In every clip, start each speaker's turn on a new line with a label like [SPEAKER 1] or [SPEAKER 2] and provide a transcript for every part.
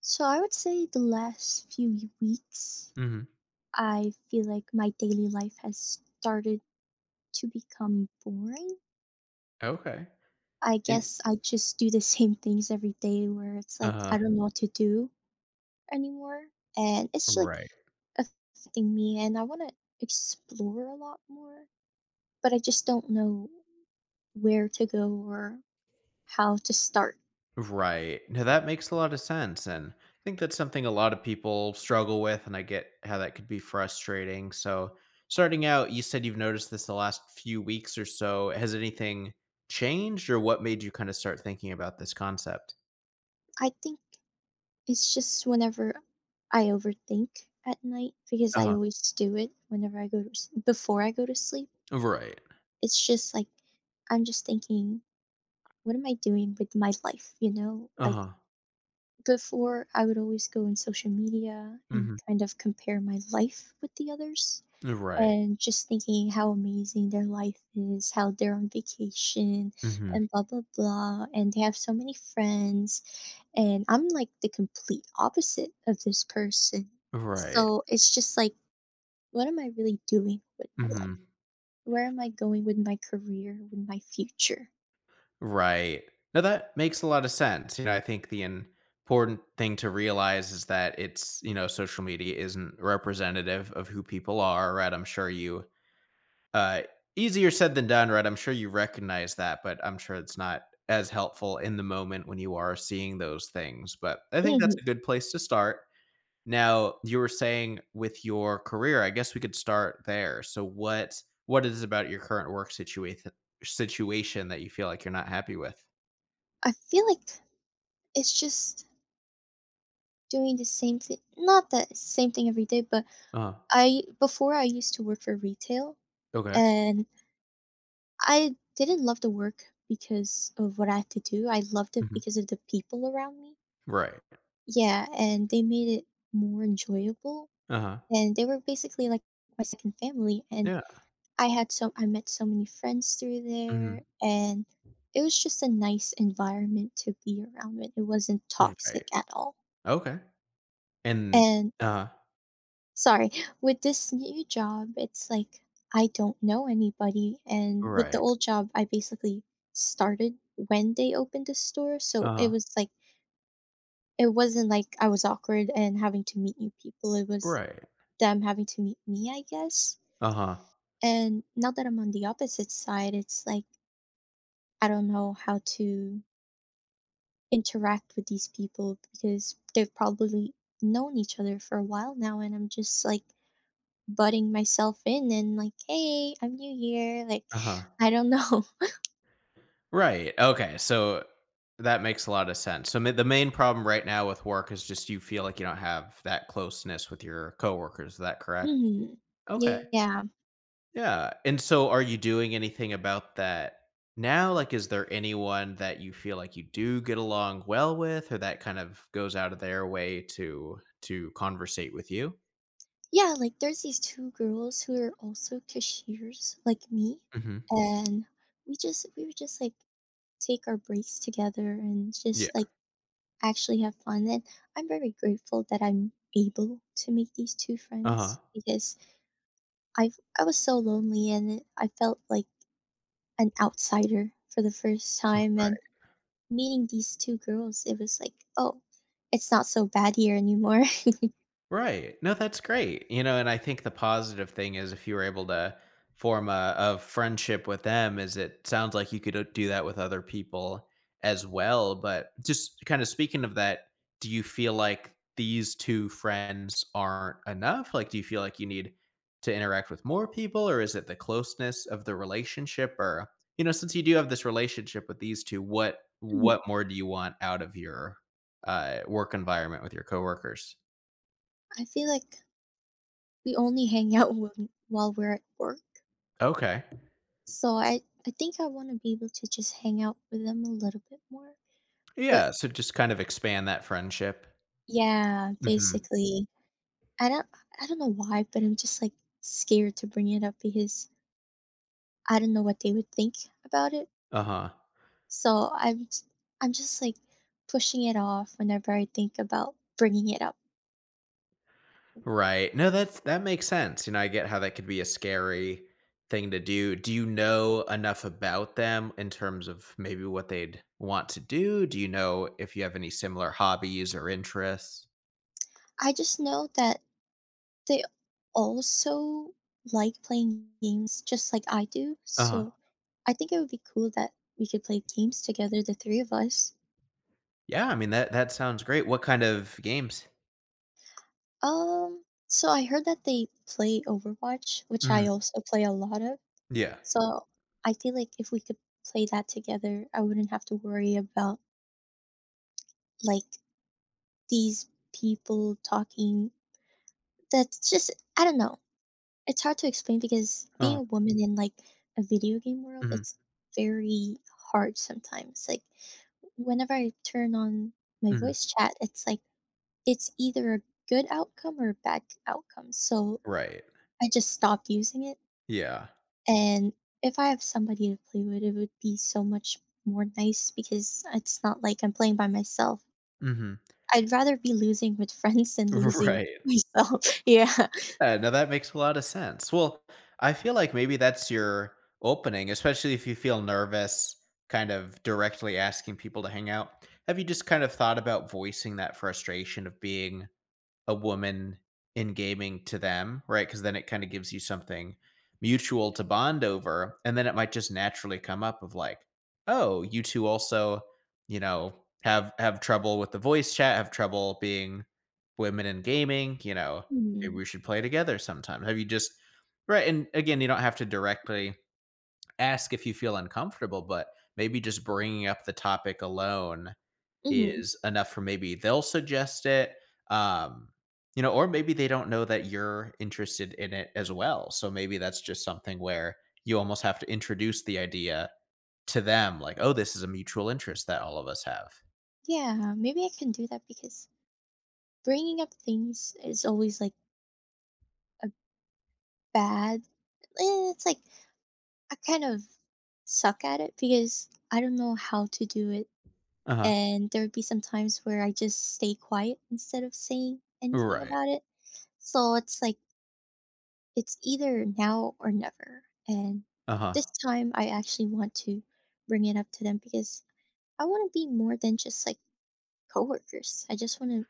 [SPEAKER 1] So I would say the last few weeks,
[SPEAKER 2] Mhm.
[SPEAKER 1] I feel like my daily life has started to become boring.
[SPEAKER 2] Okay.
[SPEAKER 1] I
[SPEAKER 2] And
[SPEAKER 1] guess I just do the same things every day where it's like
[SPEAKER 2] uh
[SPEAKER 1] I don't know what to do anymore. And it's like
[SPEAKER 2] Right.
[SPEAKER 1] affecting me, and I want to explore a lot more, but I just don't know where to go or how to start.
[SPEAKER 2] Right. Now that makes a lot of sense, and I think that's something a lot of people struggle with, and I get how that could be frustrating. So, starting out, you said you've noticed this the last few weeks or so. Has anything changed, or what made you kind of start thinking about this concept?
[SPEAKER 1] I think it's just whenever I overthink at night because I
[SPEAKER 2] Uh-huh.
[SPEAKER 1] always do it whenever I go to s- before I go to sleep.
[SPEAKER 2] Right.
[SPEAKER 1] It's just like I'm just thinking, what am I doing with my life? Like
[SPEAKER 2] Uh-huh.
[SPEAKER 1] before I would always go on social media and
[SPEAKER 2] Mhm.
[SPEAKER 1] kind of compare my life with the others
[SPEAKER 2] Right.
[SPEAKER 1] and just thinking how amazing their life is, how they're on vacation
[SPEAKER 2] Mhm.
[SPEAKER 1] and blah blah blah, and they have so many friends, and I'm like the complete opposite of this person.
[SPEAKER 2] Right.
[SPEAKER 1] So it's just like, what am I really doing with my life?
[SPEAKER 2] Mhm.
[SPEAKER 1] Where am I going with my career, with my future?
[SPEAKER 2] Right. Now that makes a lot of sense. You know, I think the important thing to realize is that social media isn't representative of who people are, right? I'm sure you uh easier said than done, right? I'm sure you recognize that, but I'm sure it's not as helpful in the moment when you are seeing those things. But I think
[SPEAKER 1] hmm
[SPEAKER 2] that's a good place to start. Now, you were saying with your career, I guess we could start there. So what is it about your current work situation that you feel like you're not happy with?
[SPEAKER 1] I feel like it's just doing the same thing. Not the same thing every day, but
[SPEAKER 2] Uh-huh.
[SPEAKER 1] I before I used to work for retail,
[SPEAKER 2] Okay.
[SPEAKER 1] and I didn't love the work because of what I had to do. I loved it
[SPEAKER 2] Mhm.
[SPEAKER 1] because of the people around me.
[SPEAKER 2] Right.
[SPEAKER 1] Yeah, and they made it more enjoyable,
[SPEAKER 2] Uh-huh.
[SPEAKER 1] and they were basically like my second family. And
[SPEAKER 2] Yeah.
[SPEAKER 1] I met so many friends through there,
[SPEAKER 2] Mhm.
[SPEAKER 1] and it was just a nice environment to be around. It wasn't toxic
[SPEAKER 2] Right.
[SPEAKER 1] at all.
[SPEAKER 2] Okay. And
[SPEAKER 1] And
[SPEAKER 2] uh
[SPEAKER 1] sorry, with this new job, it's like I don't know anybody. And with the
[SPEAKER 2] Right.
[SPEAKER 1] old job, I basically started when they opened the store, so it
[SPEAKER 2] Uh-huh.
[SPEAKER 1] was like it wasn't like I was awkward and having to meet new people. It was
[SPEAKER 2] Right.
[SPEAKER 1] them having to meet me, I guess.
[SPEAKER 2] Uh-huh.
[SPEAKER 1] And now that I'm on the opposite side, it's like I don't know how to interact with these people because they've probably known each other for a while now, and I'm just like butting myself in and like, "Hey, I'm new here." Like,
[SPEAKER 2] Uh-huh.
[SPEAKER 1] I don't know.
[SPEAKER 2] Right. Okay. So that makes a lot of sense. So ma the main problem right now with work is just you feel like you don't have that closeness with your coworkers. Is that correct?
[SPEAKER 1] Mhm.
[SPEAKER 2] Okay.
[SPEAKER 1] Yeah.
[SPEAKER 2] Yeah, and so are you doing anything about that now? Like, is there anyone that you feel like you do get along well with, or that kind of goes out of their way to conversate with you?
[SPEAKER 1] Yeah, like there's these two girls who are also cashiers like me,
[SPEAKER 2] Mhm.
[SPEAKER 1] and we would just like take our breaks together and just
[SPEAKER 2] Yeah.
[SPEAKER 1] like actually have fun. And I'm very grateful that I'm able to make these two
[SPEAKER 2] Uh-huh.
[SPEAKER 1] friends because i I was so lonely, and I felt like an outsider for the first time. And meeting these two girls, it was like, oh, it's not so bad here anymore.
[SPEAKER 2] Right. No, that's great. You know, and I think the positive thing is if you were able to form a friendship with them, is it sounds like you could do that with other people as well. But just kind of speaking of that, do you feel like these two friends aren't enough? Like, do you feel like you need to interact with more people, or is it the closeness of the relationship? Or you know, since you do have this relationship with these two, what
[SPEAKER 1] Mhm.
[SPEAKER 2] what more do you want out of your work environment with your coworkers?
[SPEAKER 1] I feel like we only hang out while we're at work,
[SPEAKER 2] Okay.
[SPEAKER 1] so I think I want to be able to just hang out with them a little bit more. But
[SPEAKER 2] Yeah, so just kind of expand that friendship.
[SPEAKER 1] yeah,
[SPEAKER 2] Mhm.
[SPEAKER 1] basically I don't I don't know why, but I'm just like scared to bring it up because I don't know what they would think about it.
[SPEAKER 2] Uh-huh.
[SPEAKER 1] So I'm just like pushing it off whenever I think about bringing it up.
[SPEAKER 2] Right. No, that's that makes sense, you know, I get how that could be a scary thing to do. Do you know enough about them in terms of maybe what they'd want to do? Do you know if you have any similar hobbies or interests?
[SPEAKER 1] I just know that they also like playing games just like I do,
[SPEAKER 2] Uh-huh.
[SPEAKER 1] so I think it would be cool that we could play games together, the three of us.
[SPEAKER 2] Yeah, I mean, that sounds great. What kind of games?
[SPEAKER 1] So I heard that they play Overwatch, which I
[SPEAKER 2] Mhm.
[SPEAKER 1] also play a lot of,
[SPEAKER 2] Yeah.
[SPEAKER 1] so I feel like if we could play that together, I wouldn't have to worry about, like, these people talking. That's just I don't know. It's hard to explain because being
[SPEAKER 2] Uh-huh.
[SPEAKER 1] a woman in like a video game world,
[SPEAKER 2] Mhm.
[SPEAKER 1] it's very hard sometimes. Like whenever I turn on my
[SPEAKER 2] Mhm.
[SPEAKER 1] voice chat, it's like it's either a good outcome or a bad outcome. So
[SPEAKER 2] Right.
[SPEAKER 1] I just stopped using it.
[SPEAKER 2] Yeah.
[SPEAKER 1] And if I have somebody to play with, it would be so much more nice because it's not like I'm playing by myself.
[SPEAKER 2] Mhm.
[SPEAKER 1] I'd rather be losing with friends than losing
[SPEAKER 2] Right.
[SPEAKER 1] myself. Yeah.
[SPEAKER 2] Yeah, no, that makes a lot of sense. Well, I feel like maybe that's your opening, especially if you feel nervous kind of directly asking people to hang out. Have you just kind of thought about voicing that frustration of being a woman in gaming to them, right? Because then it kind of gives you something mutual to bond over. And then it might just naturally come up of like, oh, you two also, you know, have trouble with the voice chat, have trouble being women in gaming, you know, maybe we should play together sometime. Have you just right? And again, you don't have to directly ask if you feel uncomfortable, but maybe just bringing up the topic alone
[SPEAKER 1] Mm-hmm.
[SPEAKER 2] is enough for maybe they'll suggest it. Um, you know, or maybe they don't know that you're interested in it as well. So maybe that's just something where you almost have to introduce the idea to them, like, oh, this is a mutual interest that all of us have.
[SPEAKER 1] Yeah, maybe I can do that because bringing up things is always like a bad it's like I kind of suck at it because I don't know how to do it.
[SPEAKER 2] Uh huh.
[SPEAKER 1] And there would be some times where I just stay quiet instead of saying anything
[SPEAKER 2] Right.
[SPEAKER 1] about it. So it's like it's either now or never. And
[SPEAKER 2] Uh huh.
[SPEAKER 1] this time I actually want to bring it up to them because I want to be more than just like coworkers.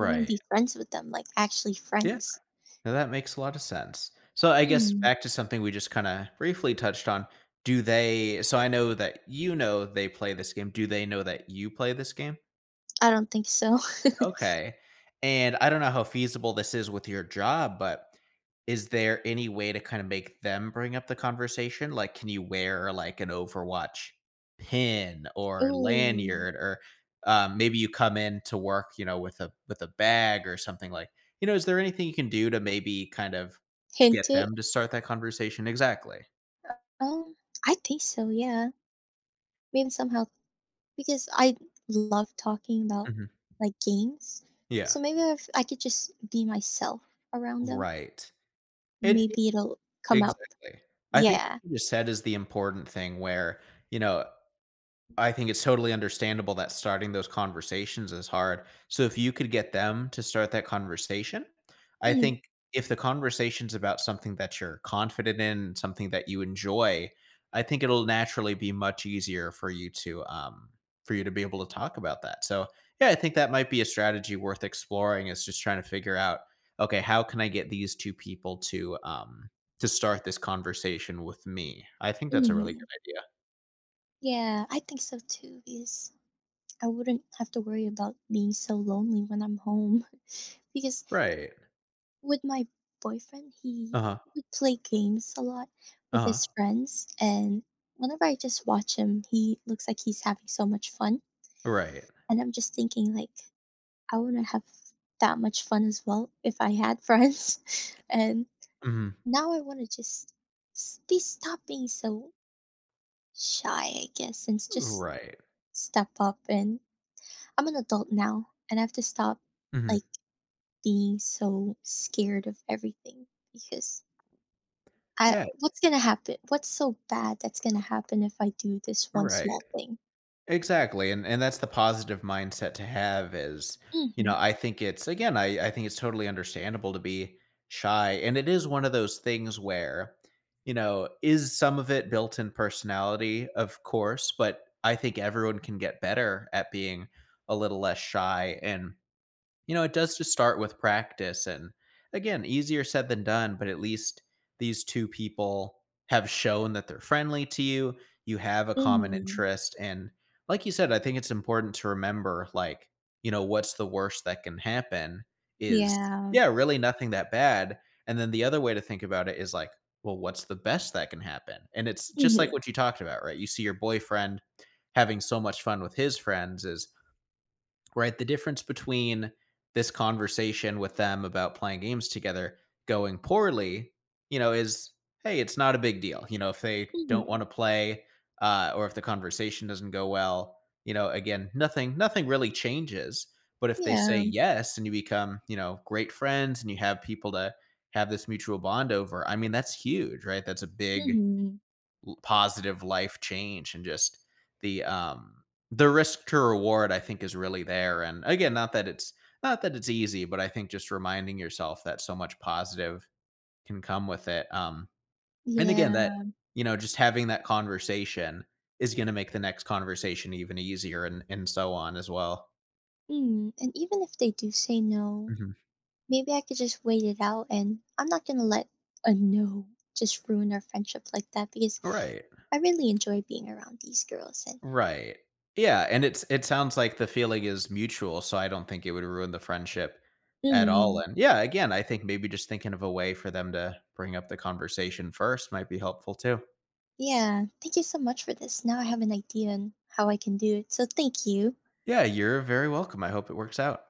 [SPEAKER 1] I want to be friends with them, like actually
[SPEAKER 2] Yeah.
[SPEAKER 1] friends.
[SPEAKER 2] Now that makes a lot of sense. So I guess
[SPEAKER 1] Hmm,
[SPEAKER 2] back to something we just kind of briefly touched on. Do they So I know that you know they play this game. Do they know that you play this game?
[SPEAKER 1] I don't think so.
[SPEAKER 2] Okay. And I don't know how feasible this is with your job, but is there any way to kind of make them bring up the conversation? Like, can you wear like an Overwatch pin or
[SPEAKER 1] Ooh,
[SPEAKER 2] lanyard, or maybe you come in to work, you know, with a bag or something like, you know, is there anything you can do to maybe kind of
[SPEAKER 1] hint
[SPEAKER 2] get
[SPEAKER 1] it?
[SPEAKER 2] them to start that conversation? Exactly.
[SPEAKER 1] Um, I think so, yeah. Maybe somehow because I love talking about
[SPEAKER 2] Hmm.
[SPEAKER 1] like games.
[SPEAKER 2] Yeah.
[SPEAKER 1] So maybe if I could just be myself around them,
[SPEAKER 2] Right. It it-
[SPEAKER 1] maybe it'll come up.
[SPEAKER 2] exactly. I think what
[SPEAKER 1] Yeah.
[SPEAKER 2] you just said is the important thing where, you know, I think it's totally understandable that starting those conversations is hard. So if you could get them to start that conversation, I
[SPEAKER 1] Mm,
[SPEAKER 2] think if the conversation's about something that you're confident in, something that you enjoy, I think it'll naturally be much easier for you to be able to talk about that. So yeah, I think that might be a strategy worth exploring is just trying to figure out, okay, how can I get these two people to start this conversation with me? I think that's a really
[SPEAKER 1] hmm.
[SPEAKER 2] good idea.
[SPEAKER 1] Yeah, I think so too because I wouldn't have to worry about being so lonely when I'm home because
[SPEAKER 2] Right.
[SPEAKER 1] with my boyfriend, he
[SPEAKER 2] Uh-huh.
[SPEAKER 1] would play games a lot with
[SPEAKER 2] Uh-huh.
[SPEAKER 1] his friends, and whenever I just watch him, he looks like he's having so much fun,
[SPEAKER 2] Right.
[SPEAKER 1] and I'm just thinking like I wanna have that much fun as well if I had friends, and
[SPEAKER 2] Mhm.
[SPEAKER 1] now I wanna just be stop being so shy, I guess, and just
[SPEAKER 2] Right.
[SPEAKER 1] step up. And I'm an adult now, and I have to stop
[SPEAKER 2] Mhm.
[SPEAKER 1] like being so scared of everything because I
[SPEAKER 2] Yeah,
[SPEAKER 1] what's gonna happen? What's so bad that's gonna happen if I do this one
[SPEAKER 2] right.
[SPEAKER 1] small thing?
[SPEAKER 2] Exactly, and that's the positive mindset to have is, you know,
[SPEAKER 1] Mhm.
[SPEAKER 2] I think it's again, I think it's totally understandable to be shy, and it is one of those things where, you know, is some of it built in personality? Of course, but I think everyone can get better at being a little less shy, and you know, it does just start with practice. And again, easier said than done, but at least these two people have shown that they're friendly to you. You have a common
[SPEAKER 1] Mhm.
[SPEAKER 2] interest. And like you said, I think it's important to remember, like, you know, what's the worst that can happen is,
[SPEAKER 1] Yeah.
[SPEAKER 2] yeah, really nothing that bad. And then the other way to think about it is like, well, what's the best that can happen? And it's just like
[SPEAKER 1] Mhm.
[SPEAKER 2] what you talked about, right? You see your boyfriend having so much fun with his friends is right? The difference between this conversation with them about playing games together going poorly, you know, is hey, it's not a big deal. You know, if they don't
[SPEAKER 1] Mhm.
[SPEAKER 2] want to play or if the conversation doesn't go well, you know, again, nothing really changes. But if they say
[SPEAKER 1] Yeah.
[SPEAKER 2] yes and you become, you know, great friends and you have people to have this mutual bond over, I mean, that's huge, right? That's a big,
[SPEAKER 1] Mhm.
[SPEAKER 2] positive life change and just the um the risk to reward I think is really there. And again, not that it's easy, but I think just reminding yourself that so much positive can come with it. Um, and again
[SPEAKER 1] Yeah.
[SPEAKER 2] that you know just having that conversation is going to make the next conversation even easier and so on as well.
[SPEAKER 1] Mm. And even if they do say no,
[SPEAKER 2] Mhm.
[SPEAKER 1] maybe I could just wait it out, and I'm not gonna let a no just ruin our friendship like that because
[SPEAKER 2] Right.
[SPEAKER 1] I really enjoy being around these girls. And
[SPEAKER 2] Right. Yeah, and it's it sounds like the feeling is mutual, so I don't think it would ruin the friendship at all,
[SPEAKER 1] mm,
[SPEAKER 2] and yeah, again, I think maybe just thinking of a way for them to bring up the conversation first might be helpful too.
[SPEAKER 1] yeah, thank you so much for this. Now I have an idea on how I can do it. So thank you.
[SPEAKER 2] Yeah, you're very welcome, I hope it works out.